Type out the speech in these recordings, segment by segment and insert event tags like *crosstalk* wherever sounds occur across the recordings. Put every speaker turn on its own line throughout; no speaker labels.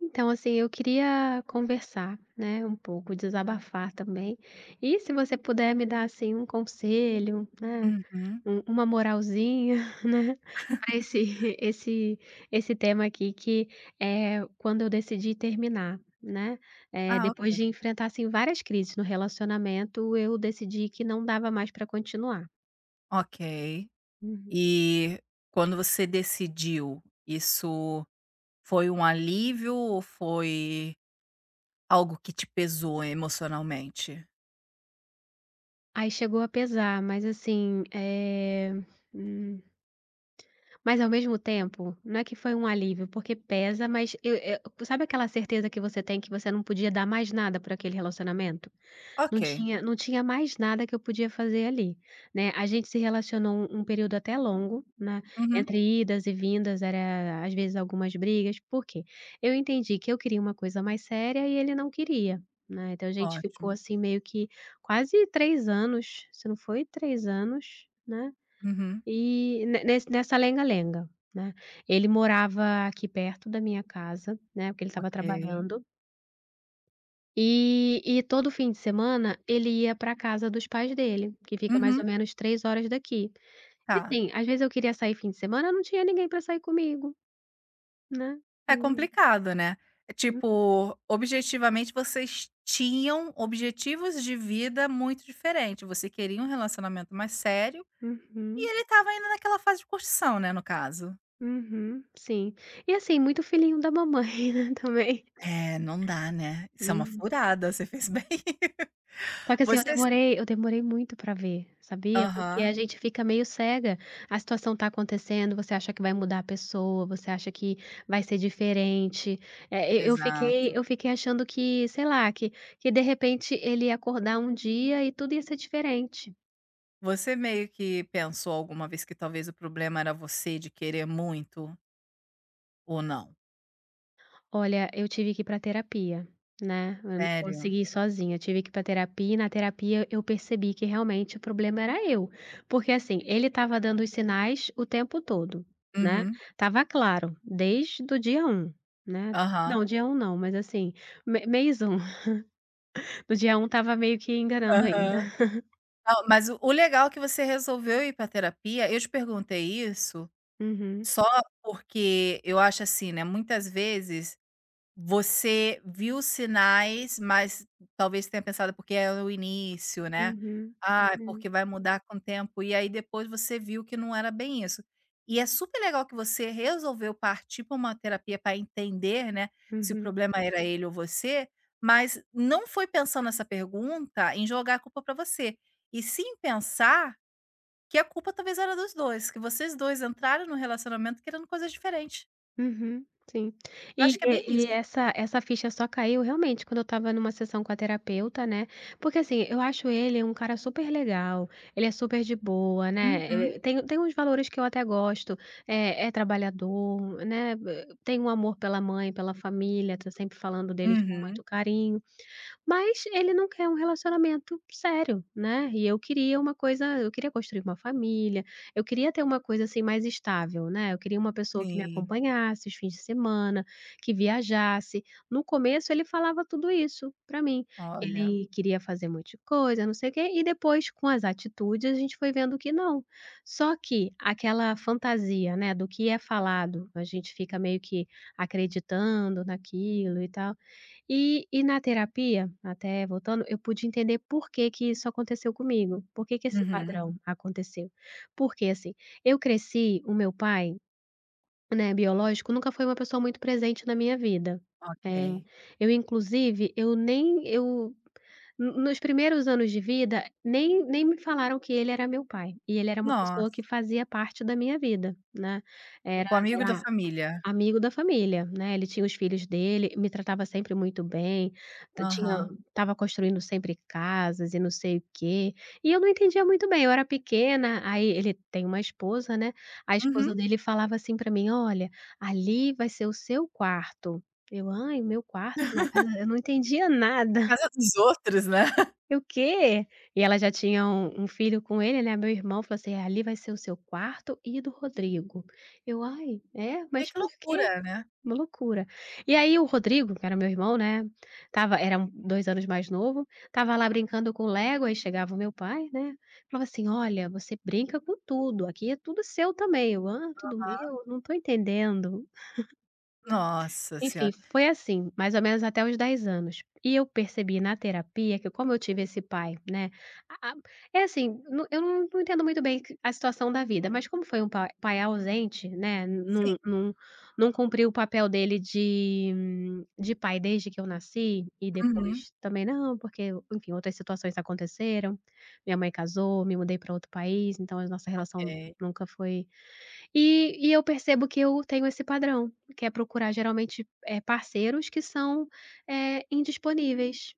Então, assim, eu queria conversar, né, um pouco, desabafar também. E se você puder me dar, assim, um conselho, né,
Uhum.
uma moralzinha, *laughs* né, para esse, *laughs* esse, esse tema aqui, que é quando eu decidi terminar, né,
Ah,
depois
ok.
de enfrentar, assim, várias crises no relacionamento, eu decidi que não dava mais para continuar.
Ok.
Uhum.
E quando você decidiu, isso foi um alívio ou foi algo que te pesou emocionalmente?
Aí chegou a pesar, mas assim. Mas ao mesmo tempo, não é que foi um alívio, porque pesa, mas eu sabe aquela certeza que você tem que você não podia dar mais nada por aquele relacionamento?
Ok.
Não tinha mais nada que eu podia fazer ali, né. A gente se relacionou um período até longo, né,
Uhum.
entre idas e vindas, era às vezes algumas brigas, por quê? Eu entendi que eu queria uma coisa mais séria e ele não queria, né, então a gente ficou
Ótimo.
assim meio que quase 3 anos, se não foi 3 anos, né.
Uhum.
E ne nesse nessa lenga-lenga, né. Ele morava aqui perto da minha casa, né, porque ele estava
Ok.
trabalhando, e todo fim de semana ele ia pra casa dos pais dele, que fica mais ou
Uhum.
menos 3 horas daqui. E
Tá.
assim, às vezes eu queria sair fim de semana, não tinha ninguém para sair comigo, né.
É
Hum,
complicado, né? É
hum,
tipo, objetivamente vocês tinham objetivos de vida muito diferentes. Você queria um relacionamento mais sério e
uhum,
ele estava ainda naquela fase de curtição, né, no caso.
uhum, sim. E assim, muito filhinho da mamãe, *laughs* né, também.
É, não dá, né. Isso é uma
Uhum.
furada, você fez bem.
Só
*laughs*
que assim, eu
Você s
demorei eu demorei muito pra ver, sabia? Porque
Aham,
a gente fica meio cega, a situação tá acontecendo, você acha que vai mudar a pessoa, você acha que vai ser diferente. Eh, eu eu fiquei
exato.
eu fiquei achando que, sei lá, que de repente ele ia acordar um dia e tudo ia ser diferente.
Você meio que pensou alguma vez que talvez o problema era você de querer muito ou não?
Olha, eu tive que ir pra terapia, né, eu não
Sério?
consegui ir sozinha, eu tive que ir pra terapia e na terapia eu percebi que realmente o problema era eu, porque assim, ele estava dando os sinais o tempo todo, né.
Uhum.
Tava claro, desde do dia um, né.
Aham.
Não, dia um não, mas assim, me mês um. *laughs* No dia um tava meio que enganando
Aham.
ainda.
Não, mas o legal é que você resolveu ir para terapia. Eu te perguntei isso
Uhum,
só porque eu acho assim, né, muitas vezes. Você viu sinais, mas talvez tenha pensado porque é o início, né.
uhum,
"Ah, porque
hum,
vai mudar com o tempo", e aí depois você viu que não era bem isso. E é super legal que você resolveu partir para uma terapia para entender, né, se o
uhum.
problema era ele ou você, mas não foi pensando nessa pergunta em jogar a culpa para você, e sim pensar que a culpa talvez era dos 2, que vocês 2 entraram no relacionamento querendo coisas diferentes.
Uhum, sim.
Eu acho que é bem
E e
isso.
essa essa ficha só caiu realmente quando eu estava numa sessão com a terapeuta, né, porque, assim, eu acho ele um cara super legal, ele é super de boa,
Uhum,
né, tem uns valores que eu até gosto, é trabalhador, né. Tem um amor pela mãe, pela família, tá sempre falando deles com
uhum.
muito carinho. Mas ele não quer um relacionamento sério, né, e eu queria construir uma família, eu queria ter uma coisa, assim, mais estável, né, eu queria uma pessoa que me
Sim,
acompanhasse os fins de semana, que viajasse. No começo ele falava tudo isso pra mim, que
olha.
ele queria fazer um monte de coisa, não sei o quê, e depois com as atitudes a gente foi vendo que não. Só que aquela fantasia, né, do que é falado, a gente fica meio que acreditando naquilo e tal, e na terapia, até voltando, eu pude entender por que que isso aconteceu comigo, por que que esse
Uhum,
padrão aconteceu. Porque, assim, eu cresci o meu pai, né, biológico, nunca foi uma pessoa muito presente na minha vida.
ok.
Eh, eu inclusive, eu nem eu no nos primeiros anos de vida, nem me falaram que ele era meu pai, e ele era uma pessoa
Nossa,
que fazia parte da minha vida, né, era
tipo amigo da
era
família.
Amigo da família, né, ele tinha os filhos dele, me tratava sempre muito bem, t tinha
Aham.
estava construindo sempre casas e não sei o quê, e eu não entendia muito bem, eu era pequena, aí ele tem uma esposa, né, a
Uhum.
esposa dele falava assim pra mim: "Olha, ali vai ser o seu quarto". Eu: "Ai, o meu quarto na casa", eu não entendia nada.
Casa dos outros, né. *laughs*
Eu: "O quê?". E ela já tinha um filho com ele, né, meu irmão falou assim: "É, ali vai ser o seu quarto e do Rodrigo". Eu: "Ai, é?
Vê
Mas
que
por quê?".
loucura, né.
Uma loucura. E aí o Rodrigo, que era meu irmão, né, estava era 2 anos mais novo, estava lá brincando com Lego, aí chegava o meu pai, né, falava assim: "Olha, você brinca com tudo, aqui é tudo seu também". Eu: "Ah, tudo meu? Não estou entendendo".
Nossa
Enfim,
senhora.
foi assim, mais ou menos até os 10 anos. E eu percebi na terapia que como eu tive esse pai, né, a é assim, não eu não entendo muito bem que a situação da vida, mas como foi um pa pai ausente, né,
Sim.
não cumpriu o papel dele de pai desde que eu nasci, e
Uhum.
depois também não, porque, enfim, outras situações aconteceram, minha mãe casou, me mudei para outro país, então a nossa relação
Ok.
nunca foi e eu percebo que eu tenho esse padrão, que é procurar geralmente, parceiros que são, indisponíveis.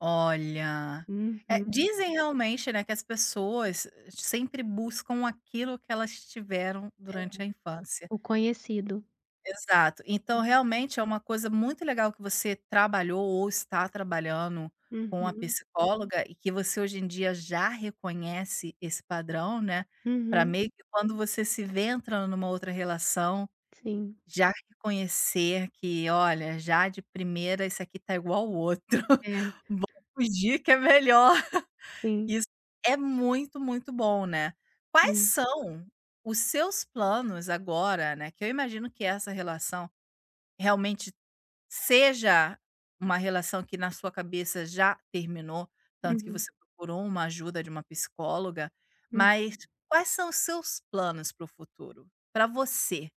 Olha, eh,
Uhum.
dizem realmente, né, que as pessoas sempre buscam aquilo que elas tiveram durante a infância.
O conhecido.
Exato. Então, realmente é uma coisa muito legal que você trabalhou ou está trabalhando com a
Uhum,
psicóloga e que você hoje em dia já reconhece esse padrão, né, para
uhum,
meio que quando você se vê entrando numa outra relação,
sim.
já reconhecer que: "Olha, já de primeira isso aqui tá igual o outro, *laughs*
É,
vou fugir que é melhor".
sim,
Isso é muito, muito bom, né. Quais
sim.
são os seus planos agora, né, que eu imagino que essa relação. Realmente seja uma relação que na sua cabeça já terminou, tanto que
Uhum,
você procurou uma ajuda de uma psicóloga,
hum.
mas quais são os seus planos para o futuro? Para você?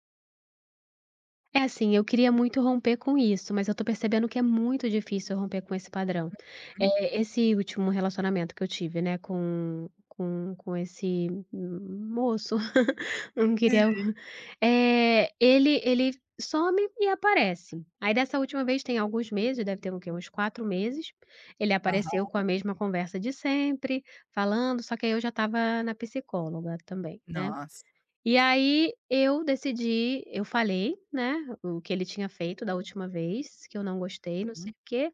É assim, eu queria muito romper com isso, mas eu tô percebendo que é muito difícil eu romper com esse padrão.
Hum.
Esse último relacionamento que eu tive, né, com com esse moço. *laughs* Não queria o ele some e aparece. Aí dessa última vez tem alguns meses, deve ter o quê? Uns 4 meses, ele apareceu
Aham.
com a mesma conversa de sempre, falando, só que aí eu já estava na psicóloga também, né.
Nossa.
E aí eu decidi, eu falei, né, o que ele tinha feito da última vez, que eu não gostei, não sei
Uhum.
o quê.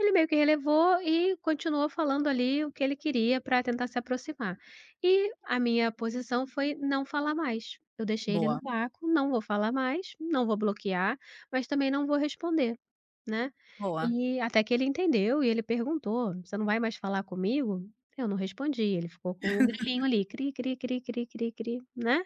Ele meio que relevou e continuou falando ali o que ele queria para tentar se aproximar. E a minha posição foi não falar mais. Eu deixei ele no
Boa,
vácuo, não vou falar mais, não vou bloquear, mas também não vou responder, né.
boa.
E até que ele entendeu e ele perguntou: "Você não vai mais falar comigo?" Eu não respondi, ele ficou com o grilinho ali, cri, cri, cri, cri, cri, cri, né.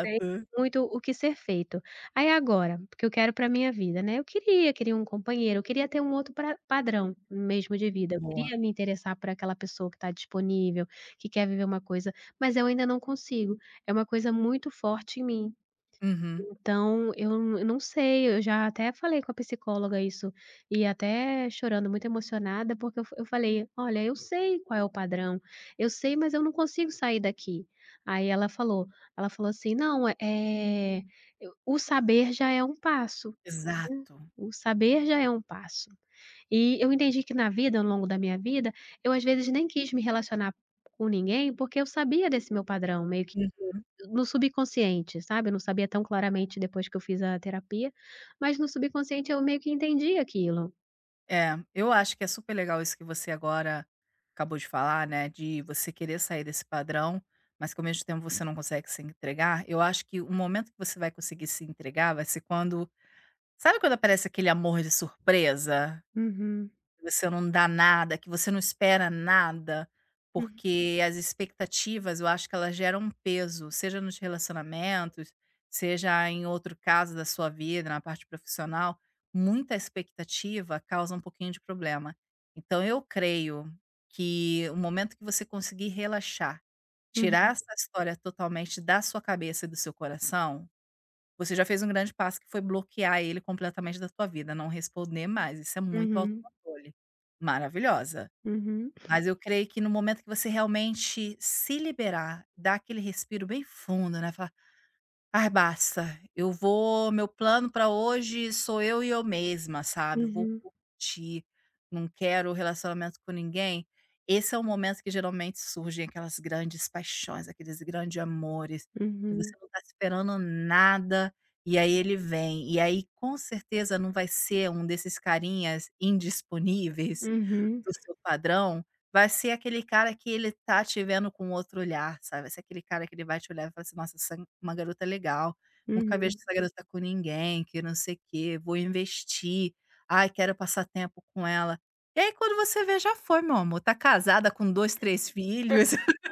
Sei muito o que ser feito. Aí agora, o que eu quero para minha vida, né, eu queria, queria um companheiro, eu queria ter um outro pra padrão mesmo de vida, eu
Boa.
queria me interessar por aquela pessoa que está disponível, que quer viver uma coisa, mas eu ainda não consigo, é uma coisa muito forte em mim.
Uhum.
Então, eu não sei, eu já até falei com a psicóloga isso, e até chorando, muito emocionada, porque eu falei: "Olha, eu sei qual é o padrão, eu sei, mas eu não consigo sair daqui". Aí ela falou assim: "Não, o saber já é um passo, né,
Exato.
o saber já é um passo". E eu entendi que na vida, ao longo da minha vida, eu às vezes nem quis me relacionar com ninguém, porque eu sabia desse meu padrão, meio que
Uhum.
no subconsciente, sabe, eu não sabia tão claramente depois que eu fiz a terapia, mas no subconsciente eu meio que entendi aquilo.
É, eu acho que é super legal isso que você agora acabou de falar, né? De você querer sair desse padrão, mas que ao mesmo tempo você não consegue se entregar. Eu acho que o momento que você vai conseguir se entregar vai ser quando. Sabe quando aparece aquele amor de surpresa?
Uhum.
Que você não dá nada, que você não espera nada,
Uhum.
porque as expectativas eu acho que elas geram um peso, seja nos relacionamentos, seja em outro caso da sua vida, na parte profissional, muita expectativa causa um pouquinho de problema. Então eu creio que o momento que você conseguir relaxar, tirar
Uhum.
essa história totalmente da sua cabeça e do seu coração, você já fez um grande passo que foi bloquear ele completamente da tua vida, não responder mais, isso é muito
Uhum.
autocontrole. Maravilhosa.
Uhum.
Mas eu creio que no momento que você realmente se liberar, dar aquele respiro bem fundo, né, falar: "Ai, basta. Eu vou meu plano para hoje sou eu e eu mesma", sabe. Vou
Uhum.
curtir, não quero relacionamento com ninguém. Esse é o momento que geralmente surgem aquelas grandes paixões, aqueles grandes amores, que você
Uhum.
não está esperando nada, e aí ele vem. E aí, com certeza, não vai ser um desses carinhas indisponíveis
Uhum.
do seu padrão, vai ser aquele cara que ele tá te vendo com outro olhar, sabe. Vai ser aquele cara que ele vai te olhar e falar assim: "Nossa, essa é uma garota legal, nunca vejo
Uhum.
essa garota com ninguém, que não sei o quê, vou investir, ai quero passar tempo com ela". E aí quando você vê já foi meu amor, tá casada com dois, três filhos. *laughs*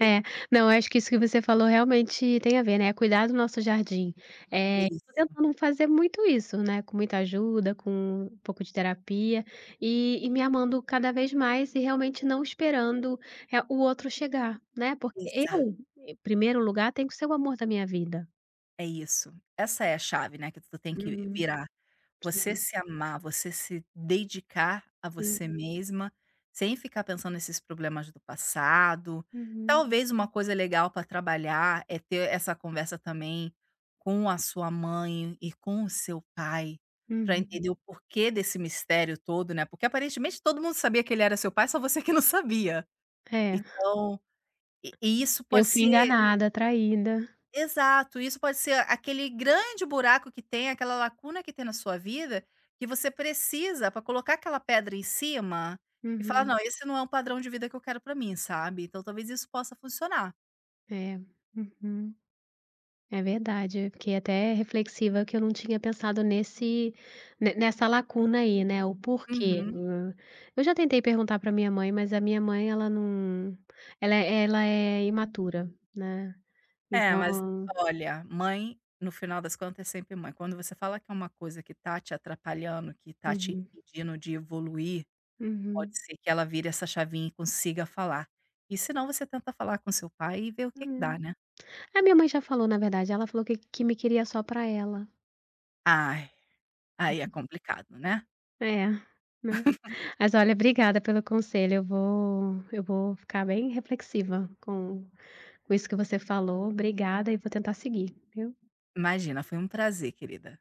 É. Não, eu acho que isso que você falou realmente tem a ver, né, é cuidar do nosso jardim. Tô
Isso,
tentando fazer muito isso, né, com muita ajuda, com um pouco de terapia, e me amando cada vez mais e realmente não esperando, o outro chegar, né, porque
exato,
eu, em primeiro lugar, tenho que ser o amor da minha vida.
é isso. Essa é a chave, né, que tu tem que
Uhum.
virar. Você
Sim,
se amar, você se dedicar a você
sim.
mesma, sem ficar pensando nesses problemas do passado.
Uhum.
Talvez uma coisa legal para trabalhar é ter essa conversa também com a sua mãe e com o seu pai, para
Uhum.
entender o porquê desse mistério todo, né, porque aparentemente todo mundo sabia que ele era seu pai, só você que não sabia.
É.
Então, e isso
Eu
pode
fui
ser.
enganada, traída.
Exato, isso pode ser aquele grande buraco que tem, aquela lacuna que tem na sua vida, que você precisa para colocar aquela pedra em cima e falar:
Uhum.
"Não, esse não é um padrão de vida que eu quero para mim", sabe. Então talvez isso possa funcionar.
É. Uhum. É verdade, eu fiquei até reflexiva que eu não tinha pensado nesse ne nessa lacuna aí, né, o porquê.
Uhum.
Eu já tentei perguntar para minha mãe, mas a minha mãe ela não ela é imatura, né,
É, mas
então
olha, mãe, no final das contas, é sempre mãe. Quando você fala que é uma coisa que tá te atrapalhando, que tá te
uhum,
impedindo de evoluir,
uhum.
pode ser que ela vire essa chavinha e consiga falar. E se não, você tenta falar com seu pai e ver o que que
É.
dá, né.
A minha mãe já falou, na verdade, ela falou que me queria só para ela.
Ai. Aí é complicado, né.
É, né. Mas olha, obrigada pelo conselho, eu vou ficar bem reflexiva com isso que você falou. Obrigada e vou tentar seguir, viu.
Imagina, foi um prazer, querida.